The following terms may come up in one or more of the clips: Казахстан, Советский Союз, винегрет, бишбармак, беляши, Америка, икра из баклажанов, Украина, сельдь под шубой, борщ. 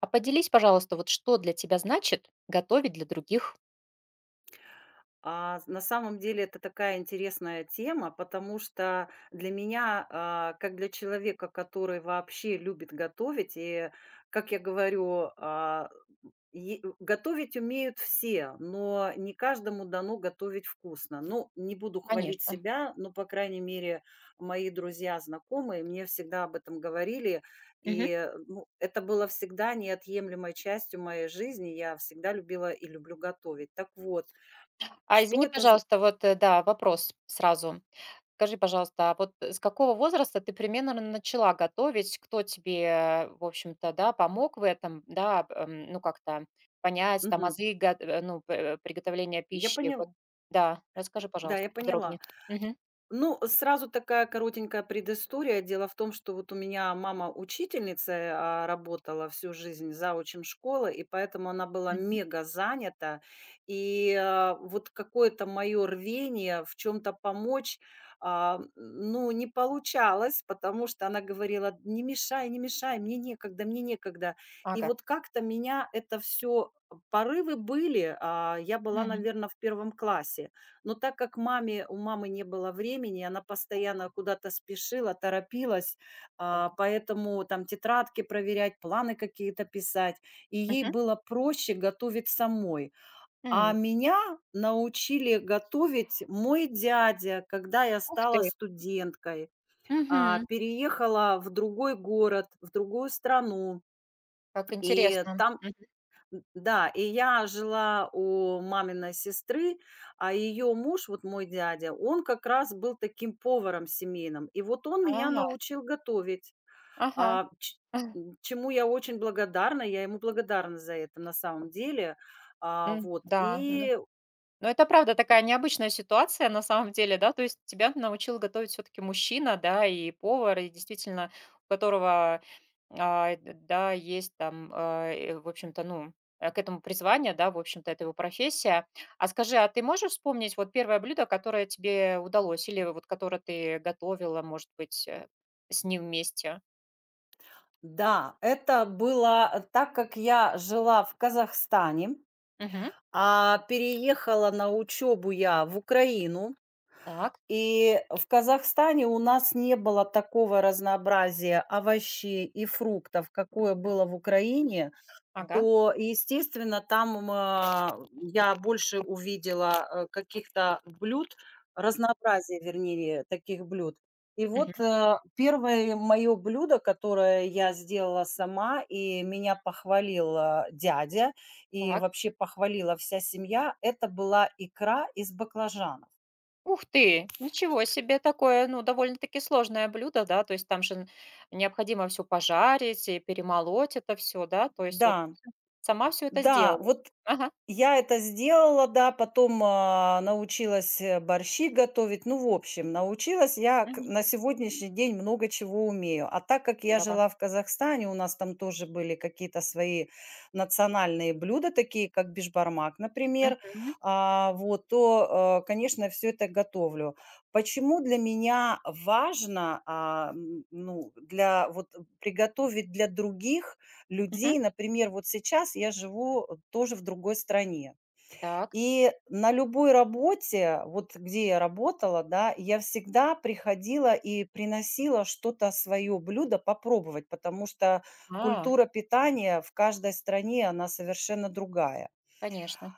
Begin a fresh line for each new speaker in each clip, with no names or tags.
А поделись, пожалуйста, вот что для тебя значит готовить для других?
На самом деле это такая интересная тема, потому что для меня, как для человека, который вообще любит готовить, и, как я говорю, готовить умеют все, но не каждому дано готовить вкусно. Ну, не буду хвалить
Конечно.
себя, но, по крайней мере, мои друзья, знакомые мне всегда об этом говорили,
Мгм.
и ну, это было всегда неотъемлемой частью моей жизни. Я всегда любила и люблю готовить. Так вот,
А
что
извини,
это
пожалуйста, вот, да, вопрос сразу. Скажи, пожалуйста, а вот с какого возраста ты примерно начала готовить? Кто тебе, в общем-то, да, помог в этом, да, ну, как-то понять там
мгм.
азы, ну, приготовления
Я
пищи? Вот,
поняла.
да, расскажи,
Да,
пожалуйста,
я поняла.
подробнее. Мгм.
Ну, сразу такая коротенькая предыстория. Дело в том, что вот у меня мама учительница, работала всю жизнь заучем школы, и поэтому она была
Мгм.
мега занята. И, вот какое-то мое рвение в чем-то помочь, ну, не получалось, потому что она говорила: "Не мешай, не мешай, мне некогда, мне некогда". И
Ага.
вот как-то меня это все порывы были, я была,
М.
наверное, в первом классе. Но так как маме у мамы не было времени, она постоянно куда-то спешила, торопилась,
Да.
поэтому там тетрадки проверять, планы какие-то писать, и ей
Мгм.
было проще готовить самой. А
М.
меня научили готовить мой дядя, когда я
Ух
стала
ты.
студенткой,
Мгм.
переехала в другой город, в другую страну,
Как
и
интересно.
там
Мгм.
Да, и я жила у маминой сестры, а ее муж, вот мой дядя, он как раз был таким поваром семейным. И вот он меня
А,
научил готовить,
ага.
а, ч- чему я очень благодарна, я ему благодарна за это на самом деле.
М,
Вот,
да, ну
и
ну, это правда такая необычная ситуация на самом деле, да. То есть тебя научил готовить все таки мужчина, да, и повар, и действительно, у которого, а, д да, есть там, в общем-то, ну, к этому призвание, да, в общем-то, это его профессия. А скажи, а ты можешь вспомнить вот первое блюдо, которое тебе удалось или вот которое ты готовила, может быть, с ним вместе?
да, это было, так, как я жила в Казахстане,
Мгм.
а переехала на учебу я в Украину.
Так.
И в Казахстане у нас не было такого разнообразия овощей и фруктов, какое было в Украине.
Ага.
То, естественно, там, я больше увидела, каких-то блюд, разнообразие, вернее, таких блюд. И
Мгм.
вот, 1-е моё блюдо, которое я сделала сама, и меня похвалил, дядя, и
Так.
вообще похвалила вся семья — это была икра из баклажанов.
Ух ты! Ничего себе! Такое, ну, довольно-таки сложное блюдо, да? То есть там же н необходимо все пожарить и перемолоть это все, да? То есть вот ты
Да.
всё сама все это
Да,
сделала?
вот
Ага.
я это сделала, да, потом, научилась, борщи готовить. Ну, в общем, научилась я к
Мгм.
на сегодняшний день много чего умею. А так как я
Здорово.
жила в Казахстане, у нас там тоже были какие-то свои национальные блюда, такие как бишбармак, например,
Мгм.
вот, то, конечно, все это готовлю. Почему для меня важно, ну, для вот приготовить для других,
Мгм.
людей. Например, вот сейчас я живу, тоже в другой стране.
Так.
И на любой работе, вот где я работала, да, я всегда приходила и приносила что-то свое блюдо попробовать, потому что
А,
культура питания в каждой стране, она совершенно другая.
конечно.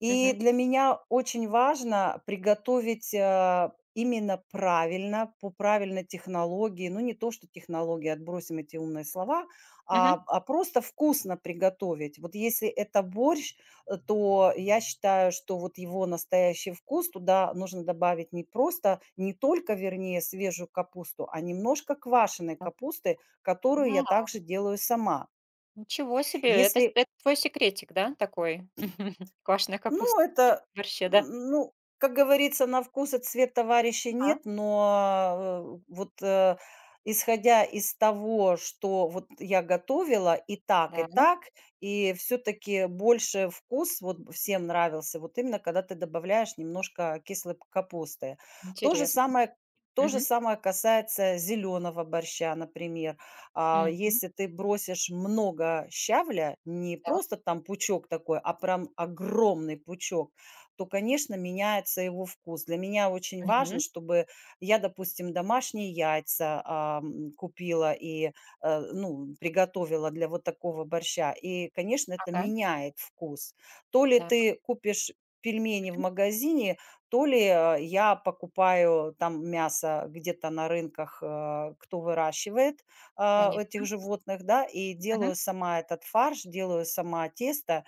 И
Мгм.
для меня очень важно приготовить, именно правильно, по правильной технологии. Ну, не то, что технологии, отбросим эти умные слова, а,
Мгм.
а просто вкусно приготовить. Вот если это борщ, то я считаю, что вот его настоящий вкус туда нужно добавить не просто, не только, вернее, свежую капусту, а немножко квашеной
Так.
капусты, которую я
А,
также делаю сама.
ничего себе! Это
Если
это твой секретик, да, такой? Квашеная
Ну,
капуста
это,
в да?
н ну, как говорится, на вкус и цвет товарища
Ага.
нет, но, вот, исходя из того, что вот я готовила и так, и
Да.
так, и все таки больше вкус вот всем нравился вот именно, когда ты добавляешь немножко кислой п капусты. То же
Интересно.
самое то же
Мгм.
самое касается зеленого борща, например.
Мгм.
Если ты бросишь много щавля, не
Так.
просто там пучок такой, а прям огромный пучок, то, конечно, меняется его вкус. Для меня очень важно,
Мгм.
чтобы я, допустим, домашние яйца, купила и, ну, приготовила для вот такого борща. И, конечно, это
Ага.
меняет вкус. То ли
Да.
ты купишь пельмени в
Мгм.
магазине, то ли, я покупаю там мясо где-то на рынках, кто выращивает, этих
Понятно.
животных, да, и делаю сама этот фарш, делаю сама тесто,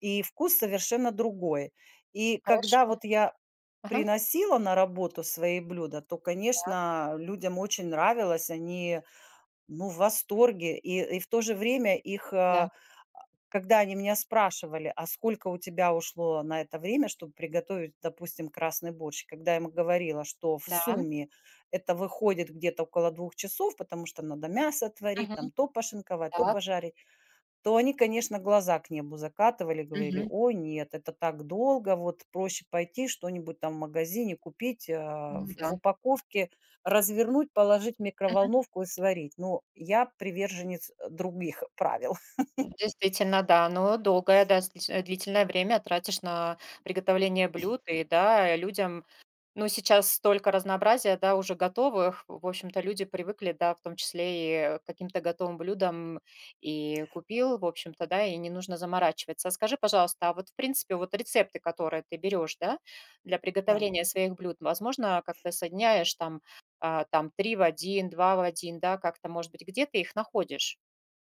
и вкус совершенно другой. И когда
Хорошо.
вот я
Ага.
приносила на работу свои блюда, то,
Так.
конечно, людям очень нравилось, они, ну, в восторге, и в то же время
Да.
когда они меня спрашивали: "А сколько у тебя ушло на это время, чтобы приготовить, допустим, красный борщ?" Когда я им говорила, что в
Да.
сумме это выходит где-то около 2 часов, потому что надо мясо отварить,
Мгм.
там то пошинковать, то
Так.
пожарить, то они, конечно, глаза к небу закатывали, говорили:
Мгм.
"О, нет, это так долго, вот проще пойти что-нибудь там в магазине купить, а, в
Ну
в
да.
упаковке, развернуть, положить в
Мгм.
микроволновку и сварить". Но я приверженец, других правил.
Действительно, да. Но долгое, да, длительное время тратишь на приготовление блюд, и да, людям. Ну, сейчас столько разнообразия, да, уже готовых. В общем-то, люди привыкли, да, в том числе и к каким-то готовым блюдам и купил, в общем-то, да, и не нужно заморачиваться. А скажи, пожалуйста, а вот, в принципе, вот рецепты, которые ты берешь, да, для
Да.
приготовления своих блюд, возможно, как-то соединяешь там, а, там, три в один, два в один, да, как-то, может быть, где ты их находишь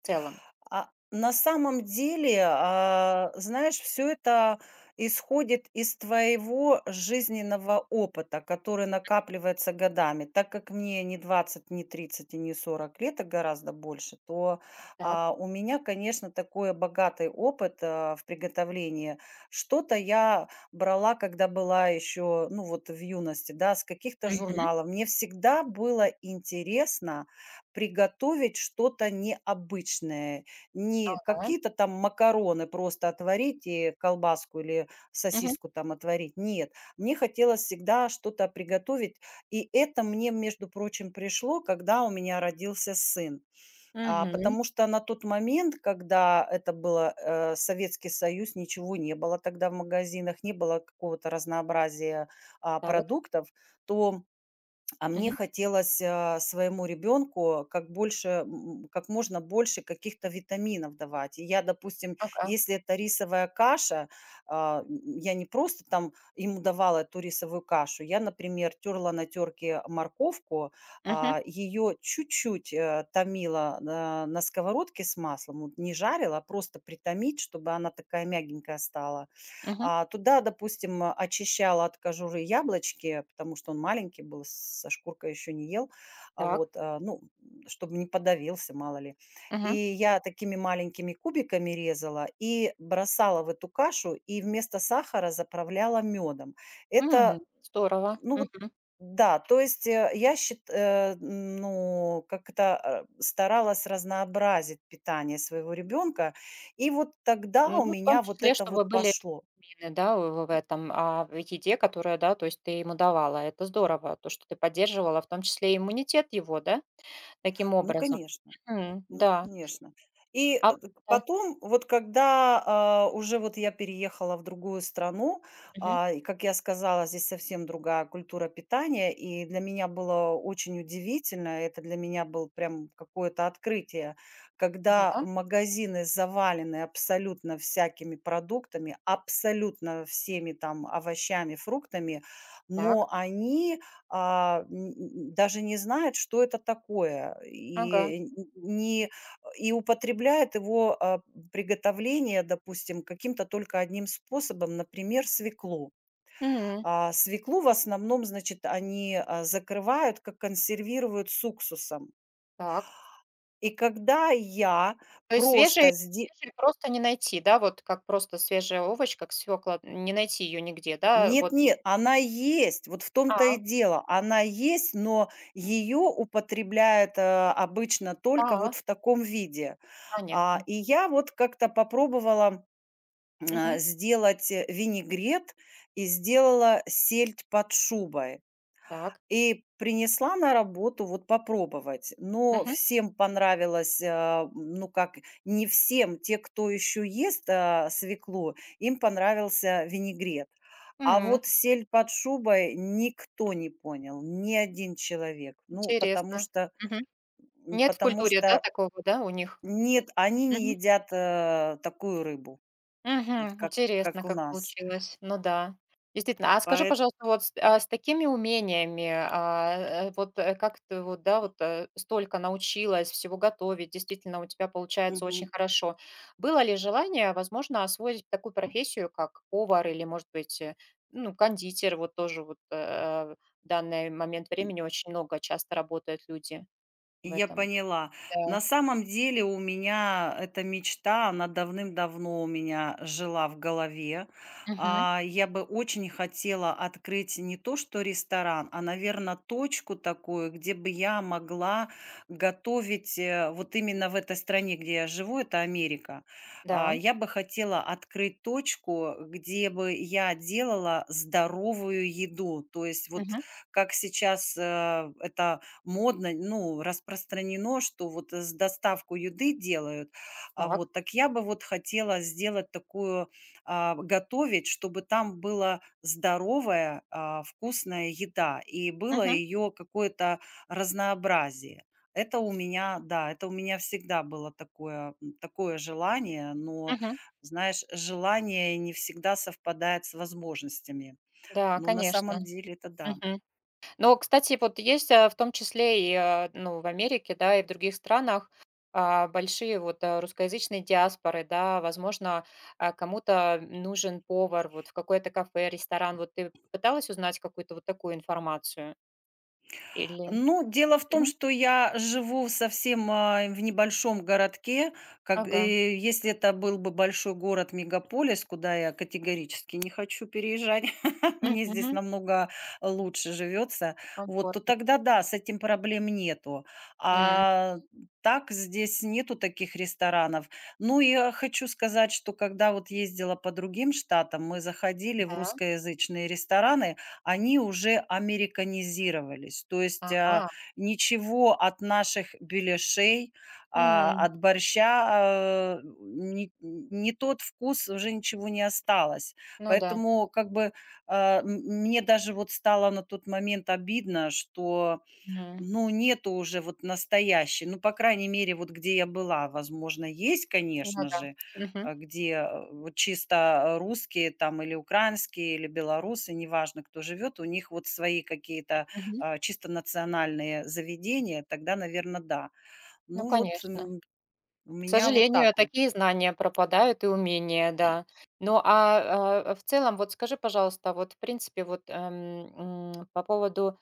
в целом?
На самом деле, знаешь, все это исходит из твоего жизненного опыта, который накапливается годами. Так как мне не 20, не 30, и не 40 лет, а гораздо больше, то,
Так.
у меня, конечно, такой богатый опыт, в приготовлении. Что-то я брала, когда была еще, ну, вот в юности, да, с каких-то
Мгм.
журналов. Мне всегда было интересно приготовить что-то необычное. Не
Ага.
какие-то там макароны просто отварить и колбаску или
Мгм.
сосиску там отварить. Нет, мне хотелось всегда что-то приготовить. И это мне, между прочим, пришло, когда у меня родился сын.
Мгм.
Потому что на тот момент, когда это было, Советский Союз, ничего не было тогда в магазинах, не было какого-то разнообразия,
Так.
продуктов, то мне
Мгм.
хотелось, своему ребенку как больше, как можно больше каких-то витаминов давать. И я, допустим,
Ага.
если это рисовая каша, я не просто там ему давала эту рисовую кашу. Я, например, терла на терке морковку,
Мгм.
ее чуть-чуть, томила, на сковородке с маслом, вот не жарила, а просто притомить, чтобы она такая мягенькая стала.
Мгм.
Туда, допустим, очищала от кожуры яблочки, потому что он маленький был, с со шкуркой еще не ел.
Так.
Вот, ну, чтобы не подавился, мало ли. И
Мгм.
я такими маленькими кубиками резала и бросала в эту кашу, и вместо сахара заправляла медом. Это,
М, здорово.
ну вот
Мгм.
да, то есть, э, я счит э, м, ну, как-то, старалась разнообразить питание своего ребенка. И вот тогда у
Ну, в том
меня вот
числе,
это вот
чтобы были
пошло.
витамины, да, в этом, а, в еде, которая, да, то есть ты ему давала. Это здорово, то, что ты поддерживала, в том числе и иммунитет его, да, таким
Ну,
образом.
конечно,
Мгм.
ну,
Да.
конечно. И,
А
э,
вот,
д
да.
потом, вот когда, уже вот я переехала в другую страну,
Мгм.
и, как я сказала, здесь совсем другая культура питания, и для меня было очень удивительно, это для меня было прям какое-то открытие, когда
Да.
магазины завалены абсолютно всякими продуктами, абсолютно всеми там овощами, фруктами, но
Так.
они, даже не знает, что это такое,
Ага.
и не и употребляет его, приготовление, допустим, каким-то только одним способом, например, свеклу.
М.
А свеклу в основном, значит, они, закрывают, как консервируют с уксусом.
Так.
И когда я
То есть
просто
свежие просто не найти, да? Вот как просто свежая овощ, как свекла, не найти ее нигде, да? Вот.
Нет-нет, она есть. Вот в том-то и
А,
дело. Она есть, но ее употребляют, обычно только вот
а,
в таком виде.
понятно.
И я вот как-то попробовала,
Мгм.
сделать, винегрет и сделала сельдь под шубой.
Так.
И принесла на работу вот попробовать, но
Мгм.
всем понравилось, ну, как, не всем, те, кто еще ест, свеклу, им понравился винегрет. А
М.
вот "Сель под шубой" никто не понял, ни один человек. Ну, потому
Интересно.
что,
Мгм.
м,
Нет в
потому
культуре, да,
что
такого, да, у них?
нет, они не
Мгм.
едят, такую рыбу, вот
Мгм.
как
Интересно,
у
как
нас.
получилось. Ну да. Действительно. А скажи,
Поэт
пожалуйста, с такими умениями, вот как ты вот, да, вот столько научилась всего готовить, действительно, у тебя получается
мгм.
очень хорошо. Было ли желание, возможно, освоить такую профессию, как повар или, может быть, ну, кондитер, вот тоже вот в данный момент времени очень много часто работают люди в
Я
этом.
поняла. На
Да.
самом деле у меня эта мечта, она давным-давно у меня жила в голове. Я бы очень хотела открыть не то что ресторан, а, наверное, точку такую, где бы я могла готовить, вот именно в этой стране, где я живу, это Америка.
Да.
Я бы хотела открыть точку, где бы я делала здоровую еду. То есть вот
Мгм.
как сейчас, это модно, ну, распространено, что вот с доставку еды делают. А
Так.
вот так я бы вот хотела сделать такую, готовить, чтобы там была здоровая, вкусная еда и было
Мгм.
ее какое-то разнообразие. Это у меня, да, это у меня всегда было такое желание, но,
Мгм.
знаешь, желание не всегда совпадает с возможностями.
Да,
Но на самом
конечно.
деле это да.
Мгм. Но, кстати, вот есть, в том числе и, ну, в Америке, да, и в других странах, а, большие вот, русскоязычные диаспоры, да. Возможно, а, кому-то нужен повар вот в какое-то кафе, ресторан. Вот ты пыталась узнать какую-то вот такую информацию или.
Ну, дело в том,
Мгм.
что я живу совсем, в небольшом городке. Как,
Ага.
если это был бы большой город, мегаполис, куда я категорически не хочу переезжать, мне здесь
Мгм.
намного лучше живется, вот, то
Комфортнее.
тогда да, с этим проблем нету.
М.
А так здесь нету таких ресторанов. Ну, я хочу сказать, что когда вот ездила по другим штатам, мы заходили в
Да.
русскоязычные рестораны, они уже американизировались. То есть,
Ага.
ничего от наших беляшей,
М.
от борща, не тот вкус, уже ничего не осталось.
Ну да.
Поэтому как бы, мне даже вот стало на тот момент обидно, что
М.
ну, нету уже вот настоящей. Ну, по крайней мере, вот где я была, возможно, есть,
Ну
конечно
да.
же,
Мгм.
где, вот чисто, русские там или украинские, или белорусы, неважно, кто живет, у них вот свои какие-то,
Мгм.
чисто национальные заведения. Тогда, наверное, да.
Ну,
Ну вот,
конечно.
у
К
меня вот
сожалению,
так вот.
такие знания пропадают и умения, да. Ну, в целом, вот скажи, пожалуйста, вот, в принципе, вот, по поводу,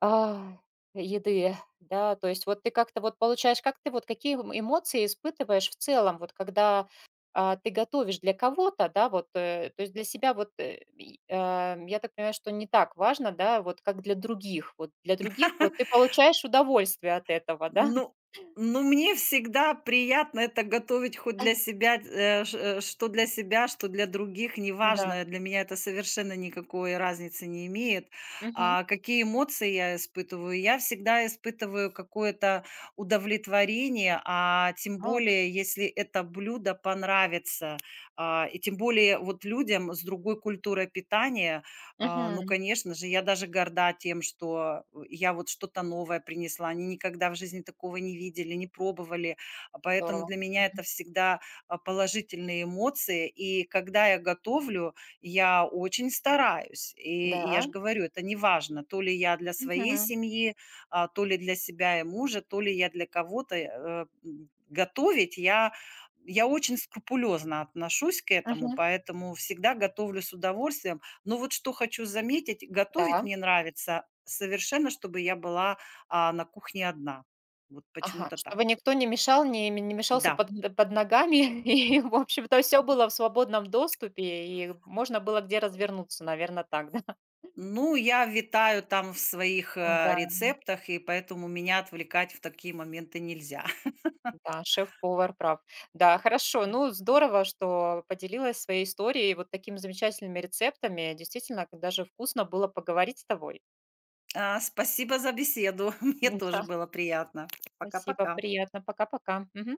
а, еды, да, то есть вот ты как-то вот получаешь, как ты вот какие м эмоции испытываешь в целом, вот когда, а, ты готовишь для кого-то, да, вот, то есть для себя вот, и, а, я так понимаю, что не так важно, да, вот как для других. Вот для других вот ты получаешь удовольствие от этого, да?
Ну ну, мне всегда приятно это готовить хоть для себя, что для себя, что для других,
Да.
неважно. Для меня это совершенно никакой разницы не имеет.
Мгм.
А какие эмоции я испытываю? Я всегда испытываю какое-то удовлетворение, а тем
А,
более, если это блюдо понравится, и тем более вот людям с другой культурой питания. Ну,
мгм.
конечно же, я даже горда тем, что, я вот что-то новое принесла. Они никогда в жизни такого не видели, не пробовали. Поэтому
Здорово.
для меня
Мгм.
это всегда, положительные эмоции. И когда я готовлю, я очень стараюсь. И,
Да.
и я же говорю, это не важно, то ли я для своей
Мгм.
семьи, то ли для себя и мужа, то ли я для кого-то. Э, м, Готовить я очень скрупулезно отношусь к этому,
Мгм.
поэтому всегда готовлю с удовольствием. Но вот что хочу заметить, готовить
Да.
мне нравится совершенно, чтобы я была, на кухне одна. Вот
Ага.
почему-то так.
Чтобы никто не мешал, не мешался
Да.
под ногами. И, в общем-то, все было в свободном доступе, и можно было где развернуться, наверное, так, да?
Ну, я витаю там в своих,
Да,
рецептах, и поэтому меня отвлекать в такие моменты нельзя.
да, шеф-повар прав. Да, хорошо. Ну, здорово, что поделилась своей историей, вот такими замечательными рецептами. Действительно, даже вкусно было поговорить с тобой.
Спасибо за беседу. Мне
Да,
тоже было приятно.
спасибо,
Пока-пока.
приятно. Пока-пока. Мгм.